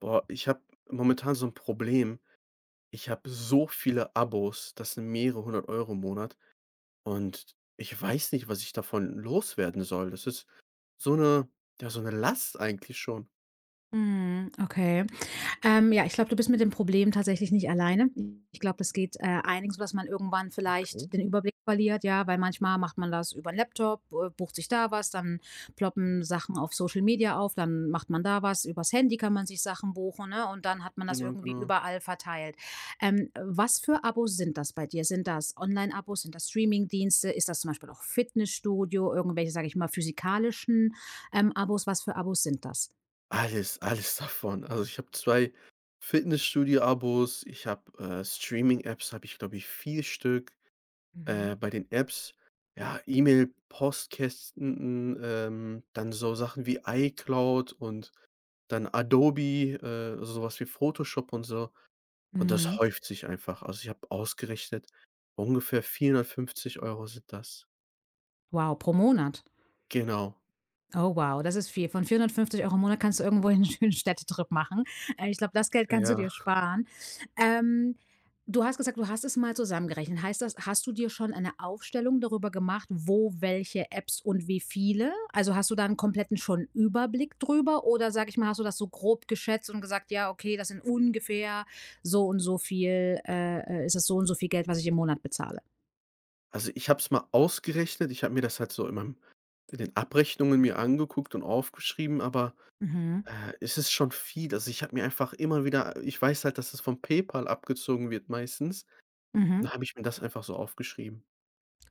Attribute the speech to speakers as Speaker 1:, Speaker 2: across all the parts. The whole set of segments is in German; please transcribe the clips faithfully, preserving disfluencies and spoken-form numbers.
Speaker 1: Boah, ich habe momentan so ein Problem. Ich habe so viele Abos, das sind mehrere hundert Euro im Monat und ich weiß nicht, was ich davon loswerden soll. Das ist so eine, ja, so eine Last eigentlich schon.
Speaker 2: Mhm, okay. Ähm, ja, ich glaube, du bist mit dem Problem tatsächlich nicht alleine. Ich glaube, das geht, äh, einigen so, dass man irgendwann
Speaker 1: Okay.
Speaker 2: vielleicht den Überblick verliert, ja, weil manchmal macht man das über 'n Laptop, äh, bucht sich da was, dann ploppen Sachen auf Social Media auf, dann macht man da was. Übers Handy kann man sich Sachen buchen, ne, und dann hat man das
Speaker 1: Genau,
Speaker 2: irgendwie
Speaker 1: genau.
Speaker 2: überall verteilt. Ähm, was für Abos sind das bei dir? Sind das Online-Abos? Sind das Streaming-Dienste? Ist das zum Beispiel auch Fitnessstudio, irgendwelche, sage ich mal, physikalischen, ähm, Abos? Was für Abos sind das?
Speaker 1: Alles, alles davon. Also, ich habe zwei Fitnessstudio-Abos, ich habe, äh, Streaming-Apps habe ich, glaube ich, vier Stück.
Speaker 2: Mhm.
Speaker 1: Äh, bei den Apps, ja, E-Mail, Postkästen, ähm, dann so Sachen wie iCloud und dann Adobe, äh, also so wie Photoshop und so. Und das
Speaker 2: Mhm.
Speaker 1: häuft sich einfach. Also, ich habe ausgerechnet, ungefähr vierhundertfünfzig Euro sind das.
Speaker 2: Wow, pro Monat.
Speaker 1: Genau,
Speaker 2: Oh wow, das ist viel. Von vierhundertfünfzig Euro im Monat kannst du irgendwo einen schönen Städtetrip machen. Äh, ich glaube, das Geld kannst du
Speaker 1: ja.
Speaker 2: dir sparen. Ähm, du hast gesagt, du hast es mal zusammengerechnet. Heißt das, hast du dir schon eine Aufstellung darüber gemacht, wo welche Apps und wie viele? Also, hast du da 'n kompletten schon Überblick drüber oder, sag ich mal, hast du das so grob geschätzt und gesagt: „Ja, okay, das sind ungefähr so und so viel, äh, äh ist das so und so viel Geld, was ich im Monat bezahle?“
Speaker 1: Also, ich habe es mal ausgerechnet. Ich habe mir das halt so in meinem in den Abrechnungen mir angeguckt und aufgeschrieben, aber,
Speaker 2: Mhm,
Speaker 1: äh, es ist schon viel. Also, ich habe mir einfach immer wieder ich weiß halt, dass es vom PayPal abgezogen wird meistens.
Speaker 2: mhm.
Speaker 1: Dann habe ich mir das einfach so aufgeschrieben.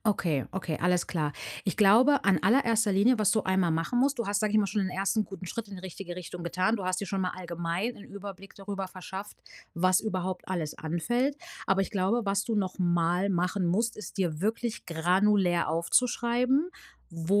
Speaker 2: Okay, okay, alles klar. Ich glaube, an allererster Linie, was du einmal machen musst, du hast, sag ich mal, schon den ersten guten Schritt in die richtige Richtung getan. Du hast dir schon mal allgemein einen Überblick darüber verschafft, was überhaupt alles anfällt. Aber ich glaube, was du nochmal machen musst, ist dir wirklich granulär aufzuschreiben,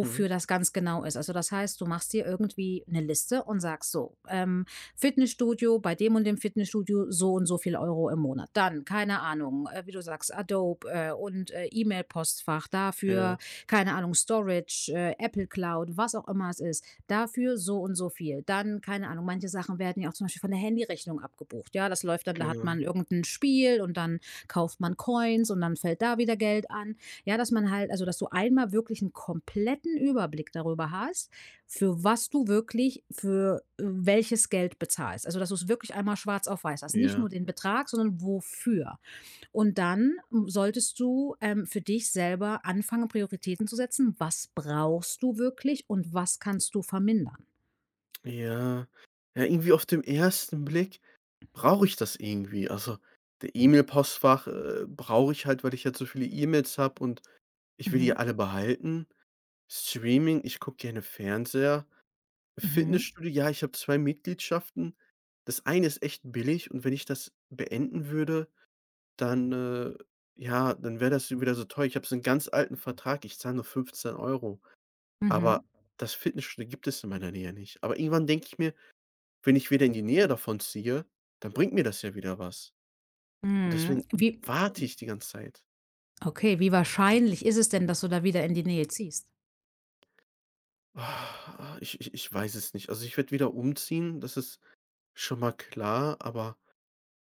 Speaker 1: Mhm.
Speaker 2: das ganz genau ist. Also das heißt, du machst dir irgendwie eine Liste und sagst so, ähm, Fitnessstudio, bei dem und dem Fitnessstudio so und so viel Euro im Monat. Dann, keine Ahnung, äh, wie du sagst, Adobe äh, und äh, E-Mail-Postfach, dafür,
Speaker 1: Ja,
Speaker 2: keine Ahnung, Storage, äh, Apple Cloud, was auch immer es ist, dafür so und so viel. Dann, keine Ahnung, manche Sachen werden ja auch zum Beispiel von der Handyrechnung abgebucht. Ja, das läuft dann, da hat man
Speaker 1: genau.
Speaker 2: irgendein Spiel und dann kauft man Coins und dann fällt da wieder Geld an. Ja, dass man halt, also dass du einmal wirklich einen kompletten Überblick darüber hast, für was du wirklich für äh, welches Geld bezahlst. Also, dass du's wirklich einmal schwarz auf weiß hast. Nicht
Speaker 1: Ja.
Speaker 2: nur den Betrag, sondern wofür. Und dann ähm, solltest du, ähm, für dich selber anfangen, Prioritäten zu setzen. Was brauchst du wirklich und was kannst du vermindern?
Speaker 1: Ja. Ja, irgendwie auf dem ersten Blick brauche ich das irgendwie. Also, der E-Mail-Postfach, äh, brauche ich halt, weil ich halt so viele E-Mails habe und ich will die
Speaker 2: Mhm.
Speaker 1: alle behalten. Streaming, ich gucke gerne Fernseher.
Speaker 2: Mhm.
Speaker 1: Fitnessstudio, ja, ich habe zwei Mitgliedschaften. Das eine ist echt billig und wenn ich das beenden würde, dann, äh ja, dann wäre das wieder so teuer. Ich habe so einen ganz alten Vertrag, ich zahle nur fünfzehn Euro.
Speaker 2: Mhm.
Speaker 1: Aber das Fitnessstudio gibt es in meiner Nähe nicht. Aber irgendwann denke ich mir: „Wenn ich wieder in die Nähe davon ziehe, dann bringt mir das ja wieder was.“ Und
Speaker 2: Mhm.
Speaker 1: deswegen
Speaker 2: Wie
Speaker 1: warte ich die ganze Zeit.
Speaker 2: okay, wie wahrscheinlich ist es denn, dass du da wieder in die Nähe ziehst?
Speaker 1: Ah, Ich ich ich weiß es nicht. Also, ich werde wieder umziehen, das ist schon mal klar, aber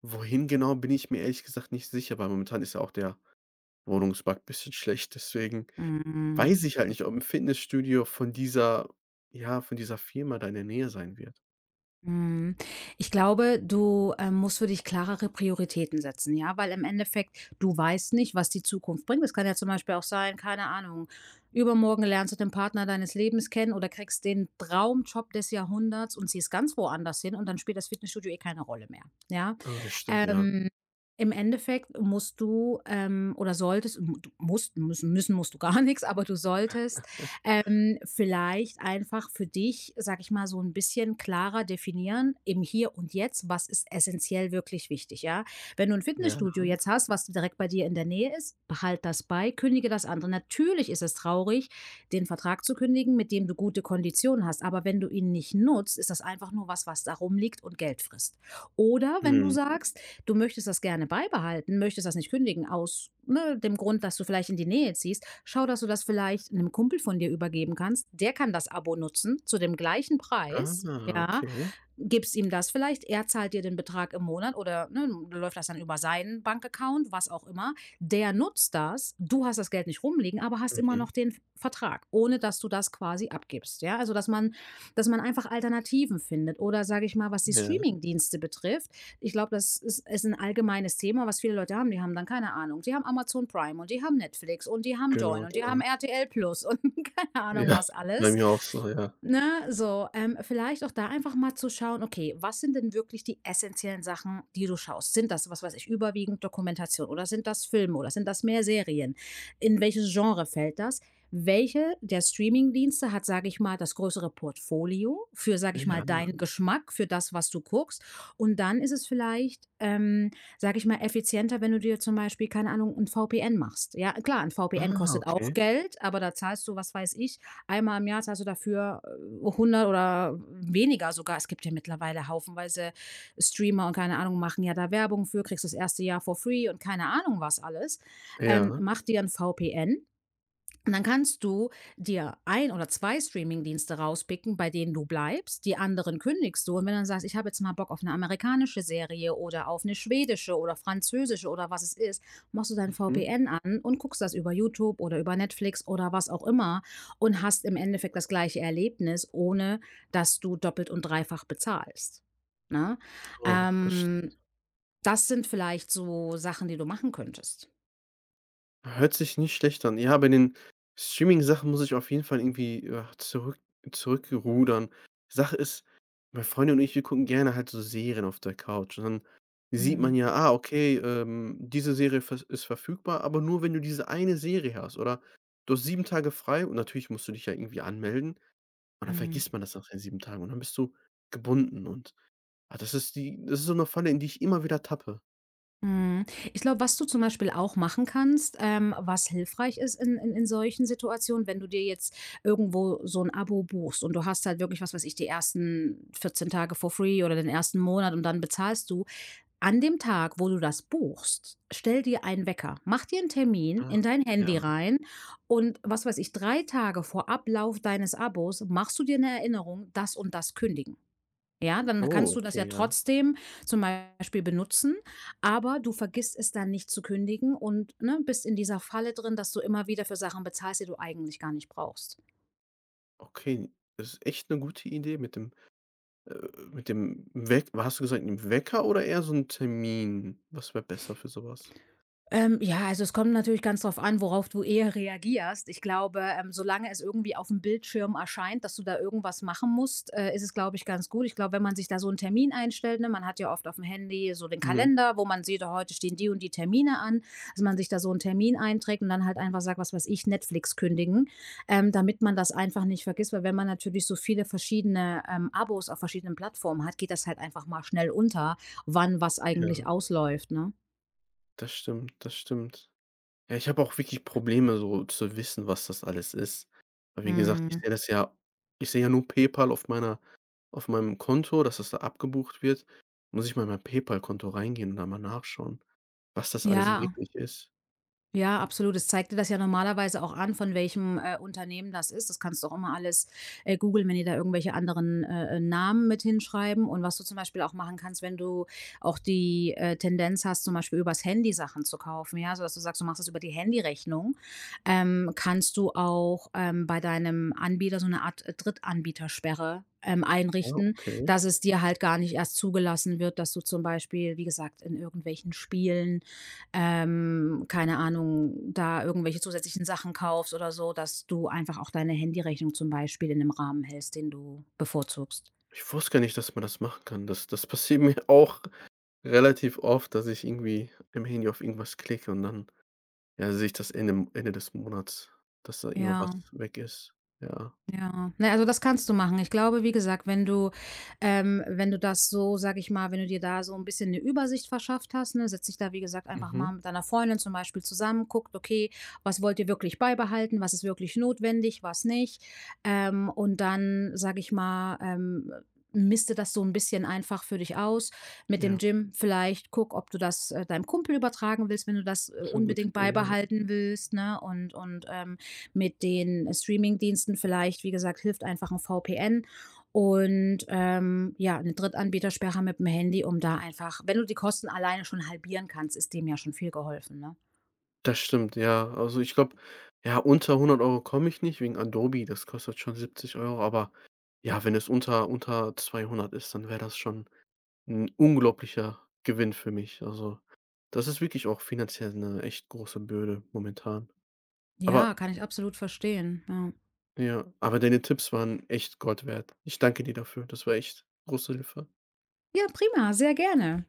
Speaker 1: wohin genau, bin ich mir ehrlich gesagt nicht sicher, weil momentan ist ja auch der Wohnungsmarkt ein bisschen schlecht. Deswegen
Speaker 2: Mhm.
Speaker 1: weiß ich halt nicht, ob 'n Fitnessstudio von dieser ja, von dieser Firma da in der Nähe sein wird.
Speaker 2: Mhm. Ich glaube, du, ähm, musst für dich klarere Prioritäten setzen, ja, weil im Endeffekt, du weißt nicht, was die Zukunft bringt. Es kann ja zum Beispiel auch sein, keine Ahnung, übermorgen lernst du den Partner deines Lebens kennen oder kriegst den Traumjob des Jahrhunderts und ziehst ganz woanders hin und dann spielt das Fitnessstudio eh keine Rolle mehr, ja?
Speaker 1: Ah, das stimmt, ja.
Speaker 2: Ähm, im Endeffekt musst du, ähm, oder solltest, du musst müssen müssen musst du gar nichts, aber du solltest ähm, vielleicht einfach für dich, sage ich mal, so ein bisschen klarer definieren im Hier und Jetzt, was ist essentiell wirklich wichtig, ja? Wenn du ein
Speaker 1: Ja.
Speaker 2: Fitnessstudio jetzt hast, was direkt bei dir in der Nähe ist, behalt das bei, kündige das andere. Natürlich ist es traurig, den Vertrag zu kündigen, mit dem du gute Konditionen hast, aber wenn du ihn nicht nutzt, ist das einfach nur was, was da rumliegt und Geld frisst. Oder wenn du
Speaker 1: Mhm.
Speaker 2: sagst: du möchtest das gerne beibehalten, möchtest das nicht kündigen aus ne, dem Grund, dass du vielleicht in die Nähe ziehst, schau, dass du das vielleicht einem Kumpel von dir übergeben kannst. Der kann das Abo nutzen zu dem gleichen Preis,
Speaker 1: Ah,
Speaker 2: ja,
Speaker 1: okay.
Speaker 2: gibst ihm das vielleicht, er zahlt dir den Betrag im Monat oder, ne, läuft das dann über seinen Bankaccount, was auch immer. Der nutzt das, du hast das Geld nicht rumliegen, aber hast immer
Speaker 1: Mhm.
Speaker 2: noch den Vertrag, ohne dass du das quasi abgibst, ja? Also, dass man dass man einfach Alternativen findet oder, sage ich mal, was die
Speaker 1: Ja,
Speaker 2: Streaming Dienste betrifft, ich glaube, das ist ist 'n allgemeines Thema, was viele Leute haben. Die haben dann keine Ahnung, die haben Amazon Prime und die haben Netflix und die haben Joyn
Speaker 1: genau,
Speaker 2: und die
Speaker 1: genau.
Speaker 2: haben R T L plus und keine
Speaker 1: Ja,
Speaker 2: Ahnung was
Speaker 1: bei
Speaker 2: alles.
Speaker 1: mir auch so, ja.
Speaker 2: Ne, so, ähm, vielleicht auch da einfach mal zu schauen, okay, was sind denn wirklich die essentiellen Sachen, die du schaust? Sind das, was weiß ich, überwiegend Dokumentation oder sind das Filme oder sind das mehr Serien? In welches Genre fällt das? Welche der Streamingdienste hat, sage ich mal, das größere Portfolio für, sage ich mal,
Speaker 1: Ja.
Speaker 2: deinen Geschmack, für das, was du guckst? Und dann ist es vielleicht, ähm, sage ich mal, effizienter, wenn du dir zum Beispiel, keine Ahnung, ein V P N machst. Ja, klar, ein V P N
Speaker 1: Ah,
Speaker 2: kostet auch
Speaker 1: okay.
Speaker 2: Geld, aber da zahlst du, was weiß ich, einmal im Jahr zahlst du dafür hundert oder weniger sogar. Es gibt ja mittlerweile haufenweise Streamer und keine Ahnung, machen ja da Werbung für, kriegst das erste Jahr for free und keine Ahnung was alles. Ähm,
Speaker 1: Ja.
Speaker 2: mach dir ein V P N und dann kannst du dir ein oder zwei Streamingdienste rauspicken, bei denen du bleibst, die anderen kündigst du. Und wenn du dann sagst: „Ich habe jetzt mal Bock auf eine amerikanische Serie oder auf eine schwedische oder französische“ oder was es ist, machst du dein
Speaker 1: Mhm.
Speaker 2: V P N an und guckst das über YouTube oder über Netflix oder was auch immer und hast im Endeffekt das gleiche Erlebnis, ohne dass du doppelt und dreifach bezahlst, ne?
Speaker 1: Oh, das sch
Speaker 2: Ähm, das sind vielleicht so Sachen, die du machen könntest.
Speaker 1: hört sich nicht schlecht an. Ja, bei den Streaming-Sachen muss ich auf jeden Fall irgendwie, ja, zurück zurückrudern. Sache ist, meine Freundin und ich, wir gucken gerne halt so Serien auf der Couch und dann sieht man
Speaker 2: Mhm,
Speaker 1: ja: „Ah, okay, ähm, diese Serie vers ist verfügbar, aber nur, wenn du diese eine Serie hast“, oder: „Du hast sieben Tage frei“ und natürlich musst du dich ja irgendwie anmelden. Und dann
Speaker 2: mhm.
Speaker 1: vergisst man das nach den sieben Tagen und dann bist du gebunden und ah, das ist die das ist so 'ne Falle, in die ich immer wieder tappe.
Speaker 2: Mhm. Ich glaube, was du zum Beispiel auch machen kannst, ähm, was hilfreich ist in, in, in solchen Situationen, wenn du dir jetzt irgendwo so ein Abo buchst und du hast halt wirklich, was weiß ich, die ersten vierzehn Tage for free oder den ersten Monat und dann bezahlst du. An dem Tag, wo du das buchst, stell dir einen Wecker, mach dir einen Termin
Speaker 1: Ah,
Speaker 2: in dein Handy
Speaker 1: ja.
Speaker 2: rein und was weiß ich, drei Tage vor Ablauf deines Abos machst du dir eine Erinnerung, das und das kündigen. Ja, dann
Speaker 1: Oh,
Speaker 2: kannst du das ja
Speaker 1: okay, ja.
Speaker 2: trotzdem zum Beispiel benutzen, aber du vergisst es dann nicht zu kündigen und, ne, bist in dieser Falle drin, dass du immer wieder für Sachen bezahlst, die du eigentlich gar nicht brauchst.
Speaker 1: Okay, das ist echt 'ne gute Idee mit dem äh, mit dem Weck hast du gesagt, 'n Wecker oder eher so 'n Termin? Was wäre besser für so was?
Speaker 2: Ähm, ja, also es kommt natürlich ganz drauf an, worauf du eher reagierst. Ich glaube, ähm, solange es irgendwie auf dem Bildschirm erscheint, dass du da irgendwas machen musst, äh, ist es, glaube ich, ganz gut. Ich glaube, wenn man sich da so einen Termin einstellt, ne man hat ja oft auf dem Handy so den
Speaker 1: Mhm.
Speaker 2: Kalender, wo man sieht, oh, heute stehen die und die Termine an, dass man sich da so einen Termin einträgt und dann halt einfach sagt, was weiß ich, Netflix kündigen, ähm, damit man das einfach nicht vergisst, weil wenn man natürlich so viele verschiedene, ähm, Abos auf verschiedenen Plattformen hat, geht das halt einfach mal schnell unter, wann was eigentlich
Speaker 1: Ja,
Speaker 2: ausläuft, ne?
Speaker 1: das stimmt, das stimmt. Ja, ich habe auch wirklich Probleme, so zu wissen, was das alles ist. Weil wie gesagt, ich sehe
Speaker 2: Mhm.
Speaker 1: das ja ich sehe ja nur PayPal auf meiner auf meinem Konto, dass das da abgebucht wird. Muss ich mal in mein PayPal-Konto reingehen und da mal nachschauen, was das alles
Speaker 2: Ja,
Speaker 1: wirklich ist.
Speaker 2: ja, absolut. Es zeigt dir das ja normalerweise auch an, von welchem, äh, Unternehmen das ist. Das kannst du auch immer alles, äh, googeln, wenn die da irgendwelche anderen, äh, äh, Namen mit hinschreiben. Und was du zum Beispiel auch machen kannst, wenn du auch die, äh, Tendenz hast, zum Beispiel übers Handy Sachen zu kaufen, ja, sodass du sagst, du machst das über die Handyrechnung, ähm, kannst du auch, ähm, bei deinem Anbieter so eine Art äh, Drittanbietersperre, ähm,
Speaker 1: Ja,
Speaker 2: einrichten,
Speaker 1: okay.
Speaker 2: dass es dir halt gar nicht erst zugelassen wird, dass du zum Beispiel, wie gesagt, in irgendwelchen Spielen, ähm, keine Ahnung, da irgendwelche zusätzlichen Sachen kaufst oder so, dass du einfach auch deine Handyrechnung zum Beispiel in einem Rahmen hältst, den du bevorzugst.
Speaker 1: Ich wusste gar nicht, dass man das machen kann. Das das passiert mir auch relativ oft, dass ich irgendwie im Handy auf irgendwas klicke und dann, ja, sehe ich das Ende Ende des Monats, dass da irgendwas
Speaker 2: Ja.
Speaker 1: weg ist. Ja.
Speaker 2: Ja, ne, also das kannst du machen. Ich glaube, wie gesagt, wenn du, ähm wenn du das so, sage ich mal wenn du dir da so ein bisschen eine Übersicht verschafft hast, ne, setz dich da, wie gesagt, einfach mal
Speaker 1: Mhm.
Speaker 2: mit deiner Freundin zum Beispiel zusammen, guckt: „Okay, was wollt ihr wirklich beibehalten? Was ist wirklich notwendig, was nicht?“ Ähm, und dann, sage ich mal, ähm, miste das so ein bisschen einfach für dich aus. Mit dem
Speaker 1: Ja,
Speaker 2: Gym vielleicht guck, ob du das, äh, deinem Kumpel übertragen willst, wenn du das, äh,
Speaker 1: das ist 'ne gute
Speaker 2: unbedingt
Speaker 1: Idee, ja.
Speaker 2: beibehalten willst, ne? Und und, ähm, mit den äh, Streaming-Diensten vielleicht, wie gesagt, hilft einfach ein V P 'n V P N und, ähm, ja, 'ne Drittanbietersperre mit dem Handy, um da einfach wenn du die Kosten alleine schon halbieren kannst, ist dem ja schon viel geholfen, ne?
Speaker 1: Das stimmt, ja. Also, ich glaube, ja, unter hundert Euro komme ich nicht wegen Adobe, das kostet schon siebzig Euro. Aber ja, wenn es unter unter zweihundert ist, dann wäre das schon ein unglaublicher Gewinn für mich. Also, das ist wirklich auch finanziell eine echt große Bürde momentan.
Speaker 2: Ja,
Speaker 1: Aber
Speaker 2: kann ich absolut verstehen, ja.
Speaker 1: ja, aber deine Tipps waren echt Gold wert. Ich danke dir dafür. Das war echt große Hilfe.
Speaker 2: Ja, prima, sehr gerne.